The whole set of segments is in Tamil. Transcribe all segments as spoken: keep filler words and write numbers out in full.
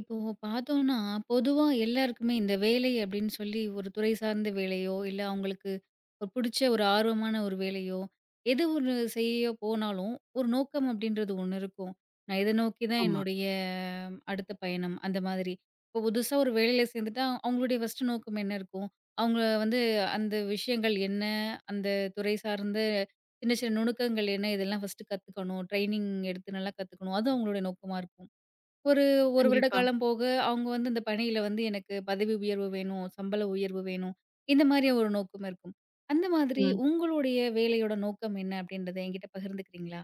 இப்போ பார்த்தோம்னா, பொதுவா எல்லாருக்குமே இந்த வேலை அப்படின்னு சொல்லி ஒரு துறை சார்ந்த வேலையோ, இல்ல அவங்களுக்கு ஒரு புடிச்ச ஒரு ஆர்வமான ஒரு வேலையோ, எது ஒண்ணு செய்ய போனாலும், ஒரு நோக்கம் அப்படின்றது ஒண்ணு இருக்கும். நான் இத நோக்கி தான் ஆமா. என்னுடைய ம், அடுத்த பயணம் அந்த மாதிரி. இப்போ புதுசா ஒரு வேலையில சேர்ந்துட்டா, அவங்களுடைய ஃபர்ஸ்ட் நோக்கம் என்ன இருக்கும்? அவங்க வந்து அந்த விஷயங்கள் என்ன? அந்த துறை சார்ந்த சின்ன சின்ன நுணுக்கங்கள் என்ன? இதெல்லாம் ஃபர்ஸ்ட்டு கத்துக்கணும். ட்ரெய்னிங் எடுத்து நல்லா கத்துக்கணும். அது அவங்களுடைய நோக்கமா இருக்கும். ஒரு 1 வருட கண்டிப்பா. காலம் போக, அவங்க வந்து இந்த பணியில வந்து எனக்கு பதவி உயர்வு வேணும், சம்பள உயர்வு வேணும். இந்த மாரி ஒரு நோக்கம் இருக்கும். அந்த மாதிரி ம். உங்களுடைய வேலையோட நோக்கம் என்ன அப்படின்றத என்கிட்ட பகிர்ந்துக்கிறீங்களா?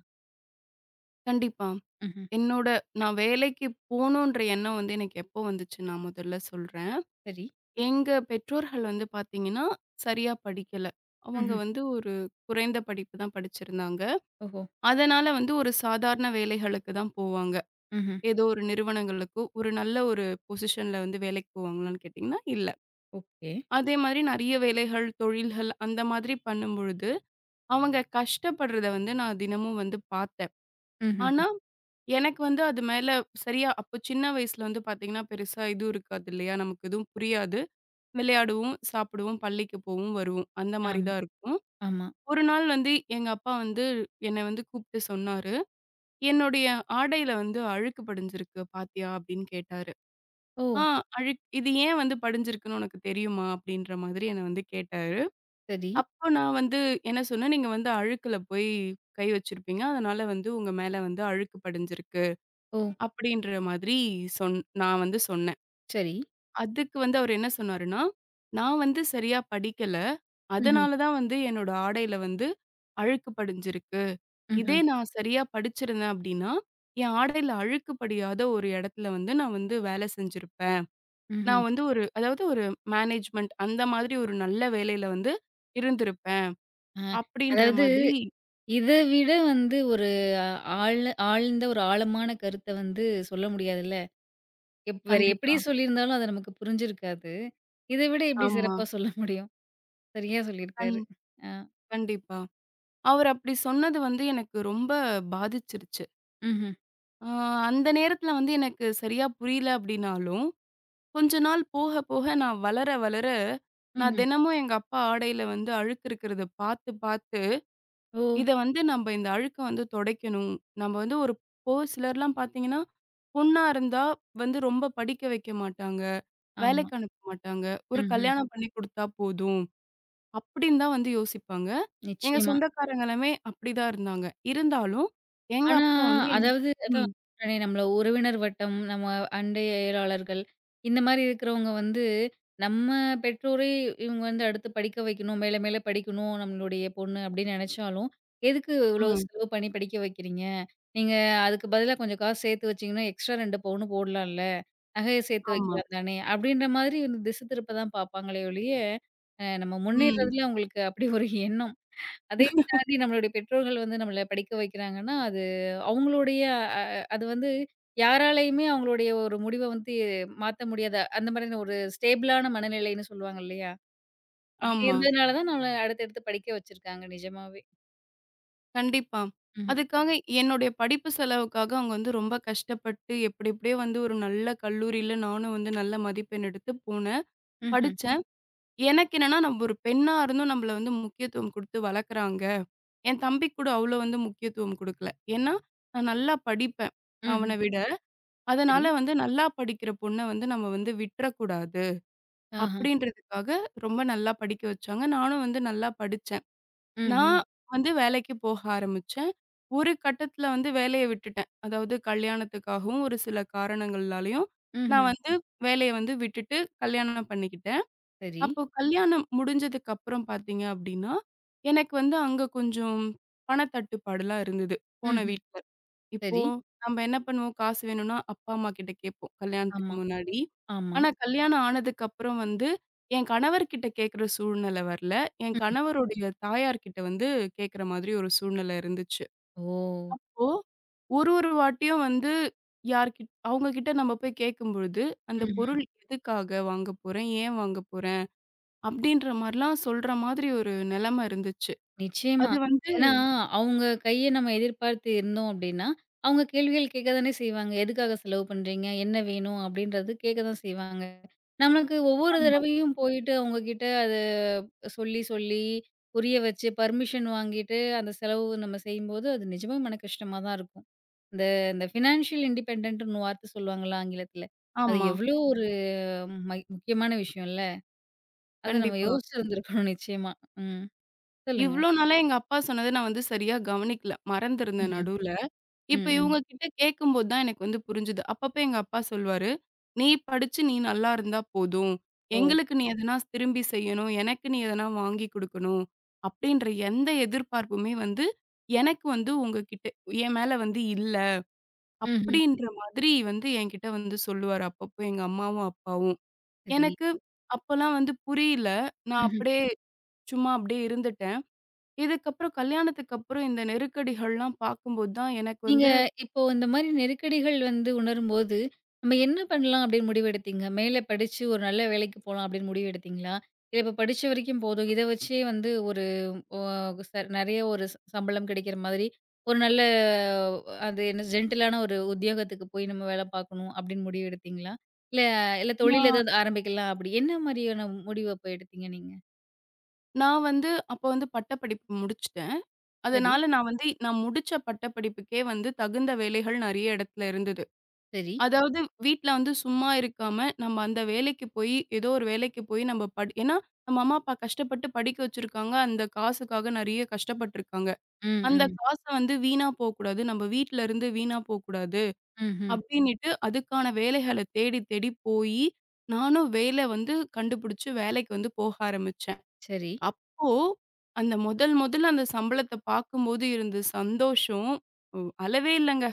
கண்டிப்பா. ம்ஹ்ம். என்னோட நான் வேலைக்கு போணுன்ற எண்ணம் வந்து எனக்கு எப்போ வந்துச்சு நான் முதல்ல சொல்றேன். சரி. எங்க பெற்றோர்கள் வந்து பார்த்தீங்கன்னா, சரியா படிக்கல. அவங்க ம்ஹ்ம். வந்து ஒரு குறைந்த படிப்பு தான் படிச்சிருந்தாங்க. ஓஹோ! அதனால வந்து ஒரு சாதாரண வேலைகளுக்கு தான் போவாங்க. ம்ஹ்ம். ஏதோ ஒரு நிறுவனங்களுக்கு ஒரு நல்ல ஒரு பொசிஷன்ல வந்து வேலைக்கு போவாங்களான்னு கேட்டீங்கன்னா, இல்ல. ஓகே. அதே மாரி நெறைய வேலைகள், தொழில்கள் அந்த மாதிரி பண்ணும்பொழுது, அவங்க கஷ்டப்படுறத வந்து நான் தினமும் வந்து பார்த்தேன். ம்ஹ்ம். ஆனா எனக்கு வந்து அது மேல சரியா அப்போ சின்ன வயசுல வந்து பாத்தீங்கன்னா, பெருசா இதுவும் இருக்காது இல்லையா? நமக்கு எதுவும் புரியாது. விளையாடுவோம், சாப்பிடுவோம், பள்ளிக்கு போவோம், வருவோம். அந்த மாரி ஆமா, தான் இருக்கும். ஆமா. ஒரு நாள் வந்து எங்க அப்பா வந்து என்னை வந்து கூப்பிட்டு சொன்னாரு. "என்னுடைய ஆடையில வந்து அழுக்கு படிஞ்சிருக்கு பாத்தியா?" அப்படின்னு கேட்டாரு. ஓ! "ஆ அழுக் இது ஏன் வந்து படிஞ்சிருக்குன்னு உனக்கு தெரியுமா?" அப்படின்ற மாதிரி என்ன வந்து கேட்டாரு. சரி. அப்போ நான் வந்து என்ன சொன்னேன், "நீங்க வந்து அழுக்குல போய் கை வச்சிருப்பீங்க. அதனால வந்து உங்க மேல வந்து அழுக்கு படிஞ்சிருக்கு." ஓ! அப்படின்ற மாதிரி சொன் நான் வந்து சொன்னேன். சரி. அதுக்கு வந்து அவரு என்ன சொன்னாருன்னா, "நான் வந்து சரியா படிக்கல. ம்ஹ்ம். அதனால தான் வந்து என்னோட ஆடையில வந்து அழுக்கு படிஞ்சிருக்கு. இதே ம்ஹ்ம். நான் சரியா படிச்சிருந்தேன் அப்படின்னா, என் ஆடையில அழுக்கு படியாத ஒரு இடத்துல வந்து நான் வந்து வேலை செஞ்சிருப்பேன். ம்ஹ்ம். நான் வந்து ஒரு அதாவது ஒரு மேனேஜ்மெண்ட் அந்த மாதிரி ஒரு நல்ல வேலையில வந்து இருந்திருப்பேன்." ஆ. அப்படின்ற அதாவது மாதிரி இத விட வந்து ஒரு ஆழ் ஆழ்ந்த ஒரு ஆழமான கருத்த வந்து சொல்ல முடியாதுல்ல. எப் வேற எப்படி கண்டிப்பா. சொல்லியிருந்தாலும் அது நமக்கு புரிஞ்சிருக்காது. இத விட எப்படி ஆமா. சிறப்பா சொல்ல முடியும்? சரியா கண் சொல்லியிருக்காரு. ஆ. கண்டிப்பா. அவர் அப்படி சொன்னது வந்து எனக்கு ரொம்ப பாதிச்சிருச்சு. ம்ஹ்ம். ஆ அந்த நேரத்துல வந்து எனக்கு சரியா புரியல அப்படின்னாலும், கொஞ்ச நாள் போக போக நான் வளர வளர, நான் ம்ஹ்ம். தினமும் எங்க அப்பா ஆடையில வந்து அழுக்கு இருக்கிறத பார்த்து பார்த்து, ஓ! இத வந்து நம்ம இந்த அழுக்க வந்து துடைக்கணும். நம்ம வந்து ஒரு இப்போ சிலர்லாம் பார்த்தீங்கன்னா, பொண்ணா இருந்தா வந்து ரொம்ப படிக்க வைக்க மாட்டாங்க, ஆமா. வேலைக்கு அனுப்ப மாட்டாங்க. ஒரு ம்ஹ்ம். கல்யாணம் பண்ணி குடுத்தா போதும் அப்படின்னு தான் வந்து யோசிப்பாங்க. எங்க நிச்சயமா. சொந்தக்காரங்க எல்லாமே அப்படிதான் இருந்தாங்க. இருந்தாலும் எங்க ஆனா, அப்பா வந்து என் அதாவது அதான் ம், சொன்னேனே நம்மள உறவினர் வட்டம், நம்ம அண்டையலாளர்கள் இந்த மாரி இருக்கிறவங்க வந்து, நம்ம பெற்றோரே இவங்க வந்து அடுத்து படிக்க வைக்கணும், மேல மேல படிக்கணும் நம்மளுடைய பொண்ணு அப்படின்னு நெனைச்சாலும், "எதுக்கு இவ்வளோ ம். செலவு பண்ணி படிக்க வைக்கிறீங்க? நீங்க அதுக்கு பதிலா கொஞ்சம் காசு சேர்த்து வச்சீங்கன்னா, எக்ஸ்ட்ரா ரெண்டு பவுன் போடலாம்ல? நகைய சேர்த்து ஆமா. வைக்கலாம் தானே!" அப்பிடின்ற மாதிரி வந்து திசை திருப்ப தான் பார்ப்பாங்களே ஒழிய, அ நம்ம ம். முன்னேறதுல அவுங்களுக்கு அப்பிடி ஒரு எண்ணம். அதையும் தாண்டி நம்மளுடைய பெற்றோர்கள் வந்து நம்மள படிக்க வைக்கிறாங்கன்னா, அது அவுங்களுடைய அ அது வந்து யாராலயுமே அவுங்களுடைய ஒரு முடிவ வந்து மாத்த முடியாத, அந்த மாதிரியான ஒரு ஸ்டேபிளான மனநிலைன்னு சொல்லுவாங்க இல்லயா! அப்பிடி ஆமா. இருந்ததுனால தான் நம்மள அடுத்து, அடுத்து படிக்க வச்சிருக்காங்க நிஜமாவே. கண்டிப்பா. ம்ஹ்ம். அதுக்காக என்னுடைய படிப்பு செலவுக்காக அவங்க வந்து ரொம்ப கஷ்டப்பட்டு எப்டி எப்டியோ வந்து ஒரு நல்ல கல்லூரியில நானும் வந்து நல்ல மதிப்பெண் எடுத்து போனேன். ம்ஹ்ம். படிச்சேன். எனக்கு என்னன்னா நம்ம ஒரு பெண்ணா இருந்தும் நம்மள வந்து முக்கியத்துவம் குடுத்து வளர்க்குறாங்க. என் தம்பிக்கு கூட அவ்ளோ வந்து முக்கியத்துவம் குடுக்கல. ஏன்னா, நான் நல்லா படிப்பேன் ம்ஹ்ம். அவன விட. சரி. அதனால வந்து நல்லா படிக்கிற பொண்ண வந்து நம்ம வந்து விட்றக்கூடாது. ஆஹா! அப்டின்றதுக்காக ரொம்ப நல்லா படிக்க வச்சாங்க. நானும் வந்து நல்லா படிச்சேன். ம்ஹ்ம். நான் வந்து வேலைக்கு போக ஆரம்பிச்சேன். ஒரு கட்டத்தில வந்து வேலைய விட்டுட்டேன். அதாவது கல்யாணத்துக்காகவும், ஒரு சில காரணங்கள்னாலயும் நான் ம்ஹ்ம். வந்து வேலைய வந்து விட்டுட்டு கல்யாணம் பண்ணிக்கிட்டேன். சரி. அப்போ கல்யாணம் முடிஞ்சதுக்கு அப்புறம் பார்த்தீங்க அப்டின்னா, எனக்கு வந்து அங்க கொஞ்சம் பணத்தட்டுப்பாடுலாம் இருந்தது, போன ம்ஹ்ம். வீட்ல. இப்போ சரி. நம்ம என்ன பண்ணுவோம், காசு வேணும்னா அப்பா, அம்மா கிட்ட கேட்போம், கல்யாணத்துக்கு ஆமா, முன்னாடி. ஆமா. ஆனா, கல்யாணம் ஆனதுக்கு அப்புறம் வந்து என் கணவர்கிட்ட கேட்குற சூழ்நிலை வரல. என் ம். கணவருடைய தாயார் கிட்ட வந்து கேட்குற மாதிரி ஒரு சூழ்நிலை இருந்துச்சு. ஓ! இப்போ ஒரு ஒரு வாட்டியும் வந்து யார்கிட் அவங்க கிட்ட நம்ம போய் கேட்கும்பொழுது, அந்த ம்ஹ்ம். பொருள் எதுக்காக வாங்க போறேன்? ஏன் வாங்க போறேன்? அப்படின்ற மாரிலாம் சொல்ற மாதிரி ஒரு நிலைமை இருந்துச்சு. நிச்சயமா. அது வந்து ஏன்னா, அவங்க கைய நம்ம எதிர்பார்த்து இருந்தோம் அப்டின்னா, அவங்க கேள்விகள் கேட்க தானே செய்வாங்க. எதுக்காக செலவு பண்றீங்க? என்ன வேணும்? அப்படின்றது கேட்க தான் செய்வாங்க. நமக்கு ஒவ்வொரு ஆமா, தடவையும் போயிட்டு அவங்க கிட்ட அத சொல்லி, சொல்லி புரிய வச்சு பர்மிஷன் வாங்கிட்டு அந்த செலவு நம்ம செய்யும்போது, அது நிஜமா மன கஷ்டமா தான் இருக்கும். இந்த இந்த ஃபினான்ஷியல் இண்டிபெண்டன்ட்ன்னு வார்த்தை சொல்லுவாங்கல்ல ஆங்கிலத்துல. அது ஆமா. எவ்ளோ ஒரு ம முக்கியமான விஷயம்ல. அத நம்ம கண்டிப்பா. யோசிச்சிருந்திருக்கணும் நிச்சயமா. ம். சொல்லுங்க. இவ்ளோ நாளா எங்க அப்பா சொன்னத நான் வந்து சரியா கவனிக்கல. மறந்திருந்தேன் ம்ஹ்ம். நடுவுல. இப்ப ம், ம். இவங்க கிட்ட கேட்கும்போது தான் எனக்கு வந்து புரிஞ்சுது. அப்பப்ப எங்க அப்பா சொல்வாரு, "நீ படிச்சு நீ நல்லா இருந்தா போதும். ஓ! எங்களுக்கு நீ எதனா திரும்பி செய்யணும். எனக்கு நீ எதனா வாங்கி குடுக்கணும்." அப்படின்ற எந்த எதிர்பார்ப்புமே வந்து எனக்கு வந்து உங்ககிட்ட என் மேல வந்து இல்ல. ம்ஹ்ம். அப்படின்ற மாதிரி வந்து என்கிட்ட வந்து சொல்லுவாரு அப்பப்போ எங்க அம்மாவும், அப்பாவும். சரி. எனக்கு அப்பலாம் வந்து புரியல. நான் ம்ஹ்ம். அப்படியே சும்மா அப்படியே இருந்துட்டேன். இதுக்கப்புறம் கல்யாணத்துக்கு அப்புறம் இந்த நெருக்கடிகள்லாம் பார்க்கும்போது தான் எனக்கு நீங்க வந்து இப்போ இந்த மாரி நெருக்கடிகள் வந்து உணரும்போது, நம்ம என்ன பண்ணலாம் அப்படின்னு முடிவெடுத்தீங்க? மேல படிச்சு ஒரு நல்ல வேலைக்கு போலாம் அப்படின்னு முடிவெடுத்தீங்களா? இல்ல இப்ப படிச்ச வரைக்கும் போதும். இத வச்சே வந்து ஒரு ஒ ச நெறைய ஒரு ச சம்பளம் கிடைக்கிற மாதிரி, ஒரு நல்ல அது என்ன ஜென்டிலான ஒரு உத்தியோகத்துக்கு போய் நம்ம வேல பார்க்கணும் அப்படின்னு முடிவு எடுத்தீங்களா? இல்ல இல்ல தொழில் நான் ஏதாவது ஆரம்பிக்கலாம் அப்படி என்ன மாரியான முடிவு அப்ப எடுத்தீங்க நீங்க? நான் வந்து அப்ப வந்து பட்டப்படிப்பு முடிச்சுட்டேன். சரி, அதனால நான் வந்து நான் முடிச்ச பட்டப்படிப்புக்கே வந்து தகுந்த வேலைகள் நெறைய இடத்துல இருந்தது. சரி. அதாவது வீட்ல வந்து சும்மா இருக்காம நம்ம அந்த வேலைக்கு போய் ஏதோ ஒரு வேலைக்கு போய் நம்ம படி ஏன்னா நம்ம அம்மா, அப்பா கஷ்டப்பட்டு படிக்க வச்சிருக்காங்க. அந்த காசுக்காக நெறைய கஷ்டப்பட்டுருக்காங்க. ம், அந்த ம். காச வந்து வீணா போக்கூடாது. நம்ம வீட்ல இருந்து வீணா போக்கூடாது. ம்ஹ்ம். அப்டின்னுட்டு அதுக்கான வேலைகள தேடி தேடி போயி, நானும் வேலை வந்து கண்டுபிடிச்சு வேலைக்கு வந்து போக ஆரம்பிச்சேன். சரி. அப்போ அந்த முதல் முதல்ல அந்த சம்பளத்த பார்க்கும்போது இருந்த சந்தோஷம் ம் அளவே இல்லங்க.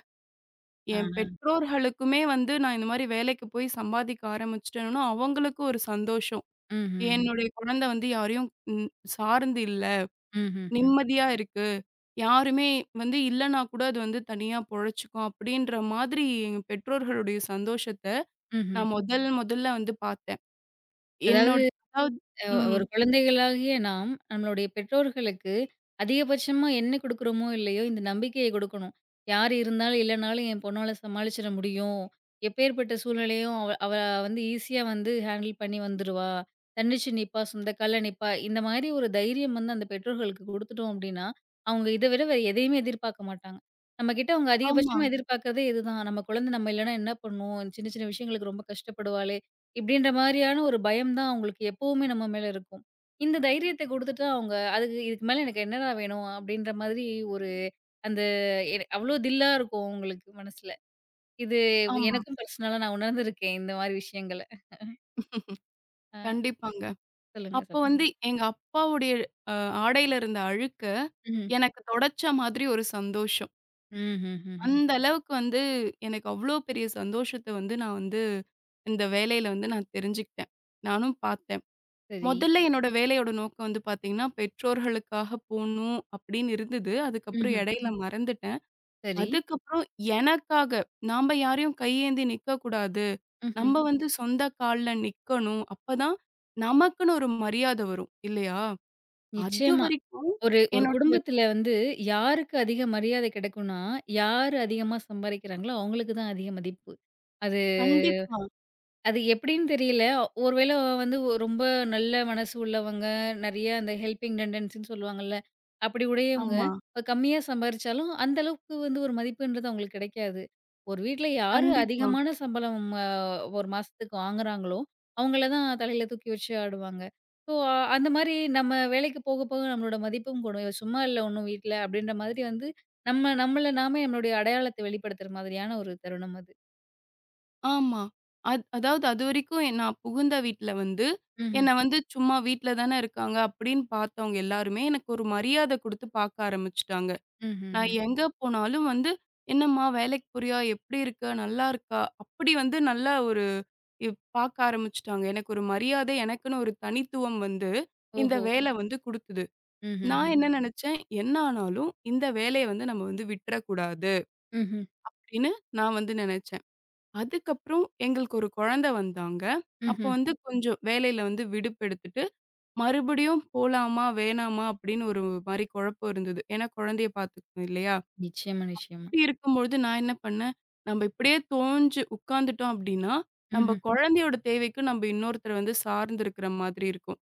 ஆ. என் பெற்றோர்களுக்குமே வந்து நான் இந்த மாரி வேலைக்கு போய் சம்பாதிக்க ஆரம்பிச்சுட்டேன்னா, அவங்களுக்கும் ஒரு சந்தோஷம். ம்ஹ்ம். என்னுடைய குழந்தை வந்து யாரையும் ம் சார்ந்து இல்ல. ம்ஹ்ஹ்ம். நிம்மதியா இருக்கு. யாருமே வந்து இல்லன்னா கூட அது வந்து தனியா பொழைச்சுக்கும் அப்படின்ற மாதிரி எங்க பெற்றோர்களுடைய சந்தோஷத்த ம்ஹ்ம். நான் முதல் முதல்ல வந்து பார்த்தேன். அதாவது என்னோட அதாவது அ ம். ஒரு குழந்தைகளாகிய நாம், நம்மளுடைய பெற்றோர்களுக்கு அதிகபட்சமா என்ன குடுக்குறோமோ, இல்லையோ இந்த நம்பிக்கைய குடுக்கணும். யார் இருந்தாலும், இல்லனாலும் என் பொண்ணால சமாளிச்சிட முடியும். எப்பேர்ப்பட்ட சூழ்நிலையும் அவ அவ வந்து ஈஸியா வந்து ஹேண்டில் பண்ணி வந்துருவா. தன்னிச்சு நிப்பா, சொந்த கால்ல நிப்பா. இந்த மாரி ஒரு தைரியம் வந்து அந்த பெற்றோர்களுக்கு குடுத்துட்டோம் அப்டின்னா, அவங்க இத விட வேற எதையுமே எதிர்பார்க்க மாட்டாங்க. நம்ம கிட்ட அவங்க ஆமா, அதிகபட்சமா எதிர்பார்க்கிறதே இதுதான். நம்ம குழந்தை நம்ம இல்லனா என்ன பண்ணும்? சின்ன சின்ன விஷயங்களுக்கு ரொம்ப கஷ்டப்படுவாளே! இப்படின்ற மாரியான ஒரு பயம் தான் அவங்களுக்கு எப்பவுமே நம்ம மேல இருக்கும். இந்த தைரியத்த குடுத்துட்டா அவங்க, அதுக்கு இதுக்கு மேல எனக்கு என்னடா வேணும்? அப்படின்ற மாதிரி ஒரு அந்த எ அவ்ளோ தில்லா இருக்கும் அவங்களுக்கு மனசுல. இது ஆமா. எனக்கும் பர்சனலா நான் உணர்ந்திருக்கேன் இந்த மாரி விஷயங்கள. அ கண்டிப்பாங்க. சொல்லுங்க, அப்ப சொல்லுங்க. வந்து எங்க அப்பாவுடைய அ ஆடையில இருந்த அழுக்க ம்ஹ்ம். எனக்கு தொடச்ச மாதிரி ஒரு சந்தோஷம். ம்ஹ்ஹ்ஹ்ம். அந்த அளவுக்கு வந்து எனக்கு அவ்ளோ பெரிய சந்தோஷத்த வந்து நான் வந்து இந்த வேலையில வந்து நான் தெரிஞ்சுக்கிட்டேன். நானும் பாத் சரி. முதல்ல என்னோட வேலையோட நோக்கம் வந்து பார்த்தீங்கன்னா, பெற்றோர்களுக்காக போணும் அப்படின்னு இருந்தது. அதுக்கப்புறம் ம்ஹ்ம். இடையில ம். மறந்துட்டேன். சரி. அதுக்கப்புறம் எனக்காக, நாம யாரையும் கையேந்தி நிக்கக்கூடாது. ம்ஹ்ம். நம்ம ம். வந்து சொந்த கால்ல நிக்கணும். அப்பதான் நமக்குன்னு ஒரு மரியாதை வரும். இல்லையா? நிச்சயமா. அதுவரைக்கும் ஒரு ஒரு என்னுடைய குடும்பத்துல வந்து யாருக்கு அதிக மரியாதை கிடைக்கும்னா, யாரு அதிகமா சம்பாரிக்கிறாங்களோ அவங்களுக்கு தான் அதிக மதிப்பு. அது கண்டிப்பா. அது எப்படின்னு தெரியல. ஒருவேள வந்து ஒ- ரொம்ப நல்ல மனசு உள்ளவங்க, நெறைய அந்த ஹெல்பிங் டெண்டன்சின்னு சொல்லுவாங்கல்ல. அப்படி உடையவங்க, ஆமா. ம். கம்மியா சம்பாரிச்சாலும் அந்த அளவுக்கு வந்து ஒரு மதிப்புன்றது அவங்களுக்கு கிடைக்காது. ஒரு வீட்ல யாரு கண்டிப்பா. அதிகமான சம்பளம் அ ஒரு மாசத்துக்கு வாங்குறாங்களோ, அவங்கள தான் தலையில தூக்கி வச்சு ஆடுவாங்க. ஸோ அந்த மாரி நம்ம வேலைக்கு போக போக நம்மளோட மதிப்பும் கூடும். "இவ சும்மா இல்ல ஒண்ணும் வீட்ல" அப்படின்ற மாதிரி வந்து நம்ம நம்மள நாமே நம்மளுடைய அடையாளத்த வெளிப்படுத்துற மாதிரியான ஒரு தருணம் அது. ஆமா. அத் அதாவது அதுவரைக்கும் எ நான் புகுந்த வீட்ல வந்து, ம்ஹ்ம். என்ன வந்து சும்மா வீட்ல தானே இருக்காங்க அப்படின்னு பார்த்தவங்க எல்லாருமே, எனக்கு ஒரு மரியாதை குடுத்து பார்க்க ஆரம்பிச்சுட்டாங்க. நான் ம்ஹ்ஹ்ம். எங்க போனாலும் வந்து, "என்னம்மா வேலைக்கு போறியா? எப்படி இருக்க? நல்லா இருக்கா?" அப்படி வந்து நல்லா ஒரு இப் பார்க்க ஆரம்பிச்சுட்டாங்க. எனக்கு ஒரு மரியாதை, எனக்குன்னு ஒரு தனித்துவம் வந்து, இந்த ஓஹோ! வேலை ம். வந்து குடுத்தது. நான் ம்ஹ்ஹ்ம். என்ன நெனச்சேன், "என்ன ஆனாலும் இந்த வேலைய வந்து நம்ம வந்து விட்றக்கூடாது." ம்ஹ்ம். அப்படின்னு நான் வந்து நெனச்சேன். அதுக்கப்புறம் எங்களுக்கு ஒரு குழந்தை வந்தாங்க. அப்ப ம்ஹ்ம். வந்து கொஞ்சம் வேலையில வந்து விடுப்பெடுத்துட்டு, மறுபடியும் போலாமா? வேணாமா? அப்படின்னு ஒரு மாரி குழப்பம் இருந்தது. ஏன்னா குழந்தைய பார்த்துக்கணும் இல்லையா? நிச்சயமா, நிச்சயமா. இப்படி இருக்கும்பொழுது நான் என்ன பண்ணேன், நம்ம இப்படியே தோஞ்சு உட்கார்ந்துட்டோம் அப்படின்னா, நம்ம ம்ஹ்ம். குழந்தையோட தேவைக்கு நம்ம இன்னொருத்தர வந்து சார்ந்து இருக்கிற மாதிரி இருக்கும்.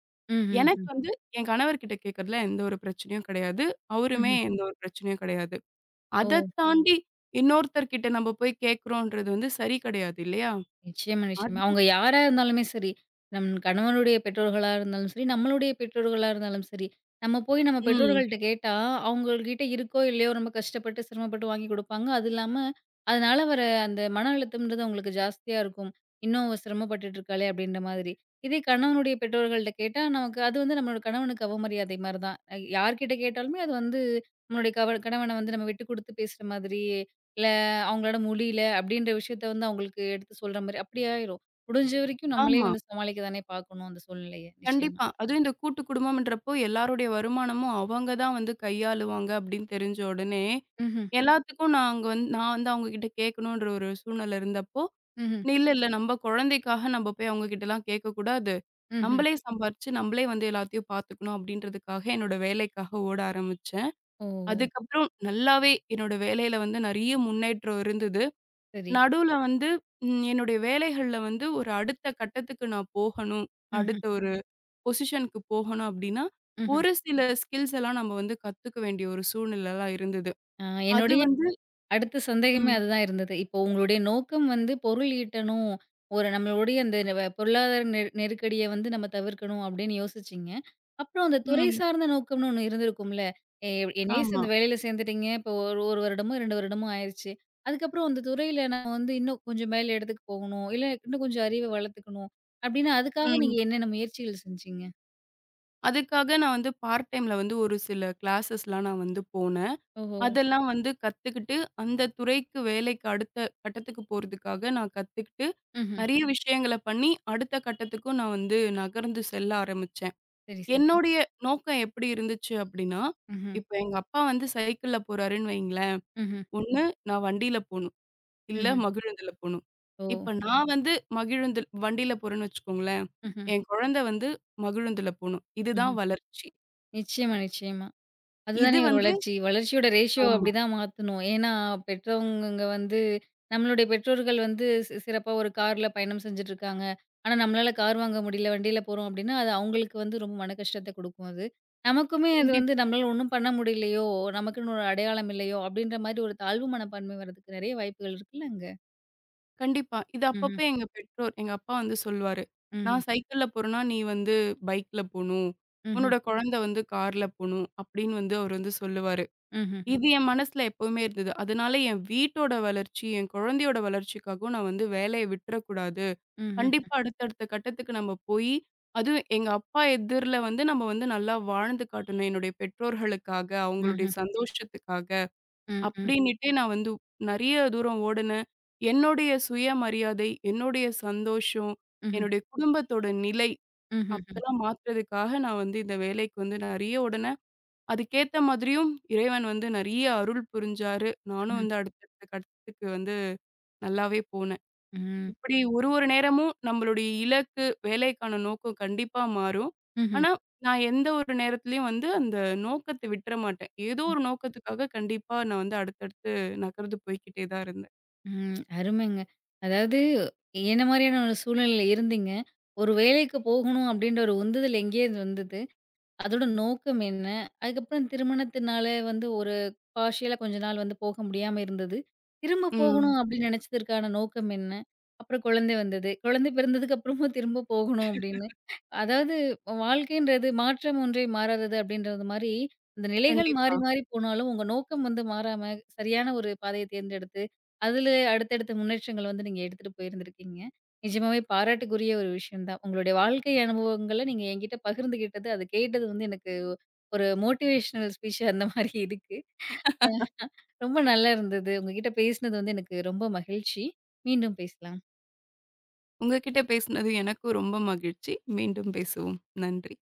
எனக்கு ம்ஹ்ஹ்ம். வந்து என் கணவர்கிட்ட கேட்கறதுல எந்த ஒரு பிரச்சனையும் கிடையாது. அவருமே ம்ஹ்ம். எந்த ஒரு பிரச்சனையும் கிடையாது. ஓ! அத தாண்டி இன்னொருத்தர்கிட்ட நம்ம போய் கேட்கிறோன்றது வந்து சரி கிடையாது இல்லையா? நிச்சயமா, நிச்சயமா. அவங்க யாரா இருந்தாலுமே சரி, நம் கணவனுடைய பெற்றோர்களா இருந்தாலும் சரி, நம்மளுடைய பெற்றோர்களா இருந்தாலும் சரி, நம்ம போய் நம்ம ம். பெற்றோர்கள்ட்ட கேட்டா, அவங்கள்கிட்ட இருக்கோ, இல்லையோ ரொம்ப கஷ்டப்பட்டு, சிரமப்பட்டு வாங்கி குடுப்பாங்க. அது இல்லாம, அதனால வர அந்த மன அழுத்தம்ன்றது அவங்களுக்கு ஜாஸ்தியா இருக்கும். "இன்னும் அவ சிரமப்பட்டுட்டு இருக்காளே!" அப்படின்ற மாதிரி. இதே கணவனுடைய பெற்றோர்கள்ட்ட கேட்டா, நமக்கு அது வந்து நம்மளோட கணவனுக்கு அவமரியாதை மாரி தான். அ யார்கிட்ட கேட்டாலுமே அது வந்து நம்மளுடைய கவ கணவன வந்து நம்ம விட்டு குடுத்து பேசுற மாதிரி இல்ல அவங்களால முடியல அப்படின்ற விஷயத்த வந்து அவங்களுக்கு எடுத்து சொல்ற மாரி அப்படி ஆயிரும். முடிஞ்ச வரைக்கும் நம்மளே ஆமா. வந்து சமாளிக்க தானே பார்க்கணும் அந்த சூழ்நிலைய. நிச்சயமா. கண்டிப்பா. அதுவும் இந்த கூட்டு குடும்பம்ன்றப்போ, எல்லாருடைய வருமானமும் அவங்க தான் வந்து கையாளுவாங்க அப்படின்னு தெரிஞ்ச உடனே, ம்ஹ்ம். எல்லாத்துக்கும் நாங்க வந்து நான் வந்து அவங்க கிட்ட கேட்கணுன்ற ஒரு சூழ்நிலை இருந்தப்போ, ம்ஹ்ம். இல்ல, இல்ல நம்ம குழந்தைக்காக நம்ம போய் அவங்க கிட்டலாம் கேட்கக்கூடாது. ம்ஹ்ம். நம்மளே சம்பாரிச்சு, நம்மளே வந்து எல்லாத்தையும் பார்த்துக்கணும் அப்படின்றதுக்காக என்னோட வேலைக்காக ஓட ஆரம்பிச்சேன். ஓ! அதுக்கப்புறம் நல்லாவே என்னோட வேலையில வந்து நெறைய முன்னேற்றம் இருந்தது. சரி. நடுவுல வந்து ம் என்னுடைய வேலைகள்ல வந்து ஒரு அடுத்த கட்டத்துக்கு நான் போகணும். ம்ஹ்ம். அடுத்த ஒரு பொசிஷனுக்கு போகணும் அப்படின்னா, ம்ஹ்ம். ஒரு சில ஸ்கில்ஸ் எல்லாம் நம்ம வந்து கத்துக்க வேண்டிய ஒரு சூழ்நிலைலாம் இருந்தது. ஆ அது என்னுடைய வந்து அடுத்த சந்தேகமே ம், அதுதான் இருந்தது. இப்போ உங்களுடைய நோக்கம் வந்து பொருள் ஈட்டணும். ஒரு நம்மளுடைய அந்த நெவ பொருளாதார நெரு நெருக்கடிய வந்து நம்ம தவிர்க்கணும் அப்படின்னு யோசிச்சீங்க. அப்புறம் அந்த துறை ம். சார்ந்த நோக்கம்னு ஒண்ணு இருந்திருக்கும்ல. எ என்னையே ஆமா. சேர்ந்து வேலையில சேர்ந்துட்டீங்க. இப்போ ஒரு 1 வருடமோ, ரெண்டு வருடமோ ஆயிருச்சு. அதுக்கப்புறம் அந்த துறையில நம்ம வந்து இன்னும் கொஞ்சம் மேல் இடத்துக்கு போகணும். இல்ல இன்னும் கொஞ்சம் அறிவ வளர்த்துக்கணும். அப்படின்னு அதுக்காக ம். நீங்க என்னென்ன முயற்சிகள் செஞ்சீங்க? அதுக்காக நான் வந்து பார்ட் டைம்ல வந்து ஒரு சில கிளாஸஸ்லாம் நான் வந்து போனேன். ஓஹோ! அதெல்லாம் வந்து கத்துக்கிட்டு, அந்த துறைக்கு வேலைக்கு அடுத்த கட்டத்துக்கு போறதுக்காக நான் கத்துக்கிட்டு, ம்ஹ்ம். நெறைய விஷயங்கள பண்ணி, அடுத்த கட்டத்துக்கும் நான் வந்து நகர்ந்து செல்ல ஆரம்பிச்சேன். சரி, சரி. என்னுடைய நோக்கம் எப்படி இருந்துச்சு அப்படின்னா, ம்ஹ்ம். இப்ப எங்க அப்பா வந்து சைக்கிள்ல போறாருன்னு வைங்களேன், ம்ஹ்ம். ஒண்ணு நான் வண்டியில போணும். இல்ல ம்ஹ்ம். மகிழுந்துல போணும். ஓ! இப்ப ம். நான் வந்து மகிழுந்து வண்டியில போறேன்னு வச்சுக்கோங்களேன். ம்ஹ்ம். என் குழந்தை வந்து மகிழுந்துல போணும். இதுதான் ம்ஹ்ம். வளர்ச்சி. நிச்சயமா, நிச்சயமா. இது அதுதானே ஒரு வந்து வளர்ச்சி. வளர்ச்சியோட ரேஷியோ ஆமா. ஆமா. அப்படிதான் மாத்தணும். ஏன்னா, பெற்றவங்கங்க வந்து நம்மளுடைய பெற்றோர்கள் வந்து சி சிறப்பா ஒரு கார்ல பயணம் செஞ்சுட்டுருக்காங்க. ஆனா, நம்மளால கார் வாங்க முடியல, வண்டியில போறோம் அப்படின்னா, அது அவங்களுக்கு வந்து ரொம்ப மன கஷ்டத்த குடுக்கும் அது. நமக்குமே அது வந்து கண்டிப்பா, நம்மளால ஒண்ணும் பண்ண முடியலையோ, நமக்குன்னு ஒரு அடையாளம் இல்லையோ அப்படின்ற மாரி ஒரு தாழ்வு மனப்பான்மை வர்றதுக்கு நெறைய வாய்ப்புகள் இருக்குல்லங்க. கண்டிப்பா. இது அப்பப்ப ம்ஹ்ம். எங்க பெற்றோர் எங்க அப்பா வந்து சொல்லுவாரு. ம்ஹ்ம். நான் சைக்கிள்ல போறேன்னா, நீ வந்து பைக்ல போணும். ம்ஹ்ம். உன்னோட குழந்தை வந்து கார்ல போணும். அப்படின்னு வந்து அவர் வந்து சொல்லுவாரு. ம்ஹ்ம். இது என் மனசுல எப்பவுமே இருந்தது. அதனால என் வீட்டோட வளர்ச்சி, என் குழந்தையோட வளர்ச்சிக்காகவும் நான் வந்து வேலைய விட்டுறக்கூடாது. ம்ஹ்ம். கண்டிப்பா அடுத்தடுத்த கட்டத்துக்கு நம்ம போயி, அதுவும் எங்க அப்பா எதிர்ல வந்து நம்ம வந்து நல்லா வாழ்ந்து காட்டணும். என்னுடைய பெற்றோர்களுக்காக, அவங்களுடைய ம்ஹ்ம். சந்தோஷத்துக்காக ம், ம். அப்படின்னுட்டே நான் வந்து நெறைய தூரம் ஓடுனேன். என்னுடைய சுயமரியாதை, என்னுடைய சந்தோஷம், ம்ஹ்ம். என்னுடைய குடும்பத்தோட நிலை ம்ஹ்ம். அப்பலாம் மாத்துறதுக்காக நான் வந்து இந்த வேலைக்கு வந்து நெறைய ஓடுனேன். அதுக்கேத்த மாதிரியும் இறைவன் வந்து நெறைய அருள் புரிஞ்சாரு. நானும் ம்ஹ்ம். வந்து அடுத்தடுத்த கட்டத்துக்கு வந்து நல்லாவே போனேன். ம். இப்படி ஒரு ஒரு நேரமும் நம்மளுடைய இலக்கு, வேலைக்கான நோக்கம் கண்டிப்பா மாறும். ம். ஆனா, நான் எந்த ஒரு நேரத்திலயும் வந்து அந்த நோக்கத்த விட்டுற மாட்டேன். ஏதோ ஒரு நோக்கத்துக்காக கண்டிப்பா நான் வந்து அடுத்தடுத்து நகர்ந்து போய்க்கிட்டே தான் இருந்தேன். ம். அருமைங்க. அதாவது என்ன மாரியான ஒரு சூழ்நிலையில இருந்தீங்க? ஒரு வேலைக்கு போகணும் அப்டின்ற ஒரு உந்துதல் எங்கேருந்து வந்தது? அதோட நோக்கம் என்ன? அதுக்கப்புறம் திருமணத்தினால வந்து ஒரு பார்ஷியலா கொஞ்ச நாள் வந்து போக முடியாம இருந்தது. திரும்ப ம். போகணும் அப்டின்னு நெனச்சதற்கான நோக்கம் என்ன? அப்புறம் குழந்தை வந்தது. குழந்தை பிறந்ததுக்கு அப்புறமும் திரும்ப போகணும் அப்டின்னு அதாவது வாழ்க்கைன்றது மாற்றம் ஒன்றே மாறாதது அப்படின்றது மாரி, இந்த நிலைகள் கண்டிப்பா. மாறி மாறி போனாலும் உங்க நோக்கம் வந்து மாறாம, சரியான ஒரு பாதைய தேர்ந்தெடுத்து, அதில அடுத்தடுத்த முன்னேற்றங்கள் வந்து நீங்க எடுத்துட்டு போயிருந்திருக்கீங்க. நிஜமாவே பாராட்டுக்குரிய ஒரு விஷயம் தான். உங்களுடைய வாழ்க்கை அனுபவங்கள நீங்க என்கிட்ட பகிர்ந்துகிட்டது, அத கேட்டது வந்து எனக்கு ஒரு மோட்டிவேஷனல் ஸ்பீச் அந்த மாரி இருக்கு. ரொம்ப நல்லா இருந்தது. உங்க கிட்ட பேசினது வந்து எனக்கு ரொம்ப மகிழ்ச்சி. மீண்டும் பேசலாம். உங்க கிட்ட பேசினது எனக்கும் ரொம்ப மகிழ்ச்சி. மீண்டும் பேசுவோம். நன்றி.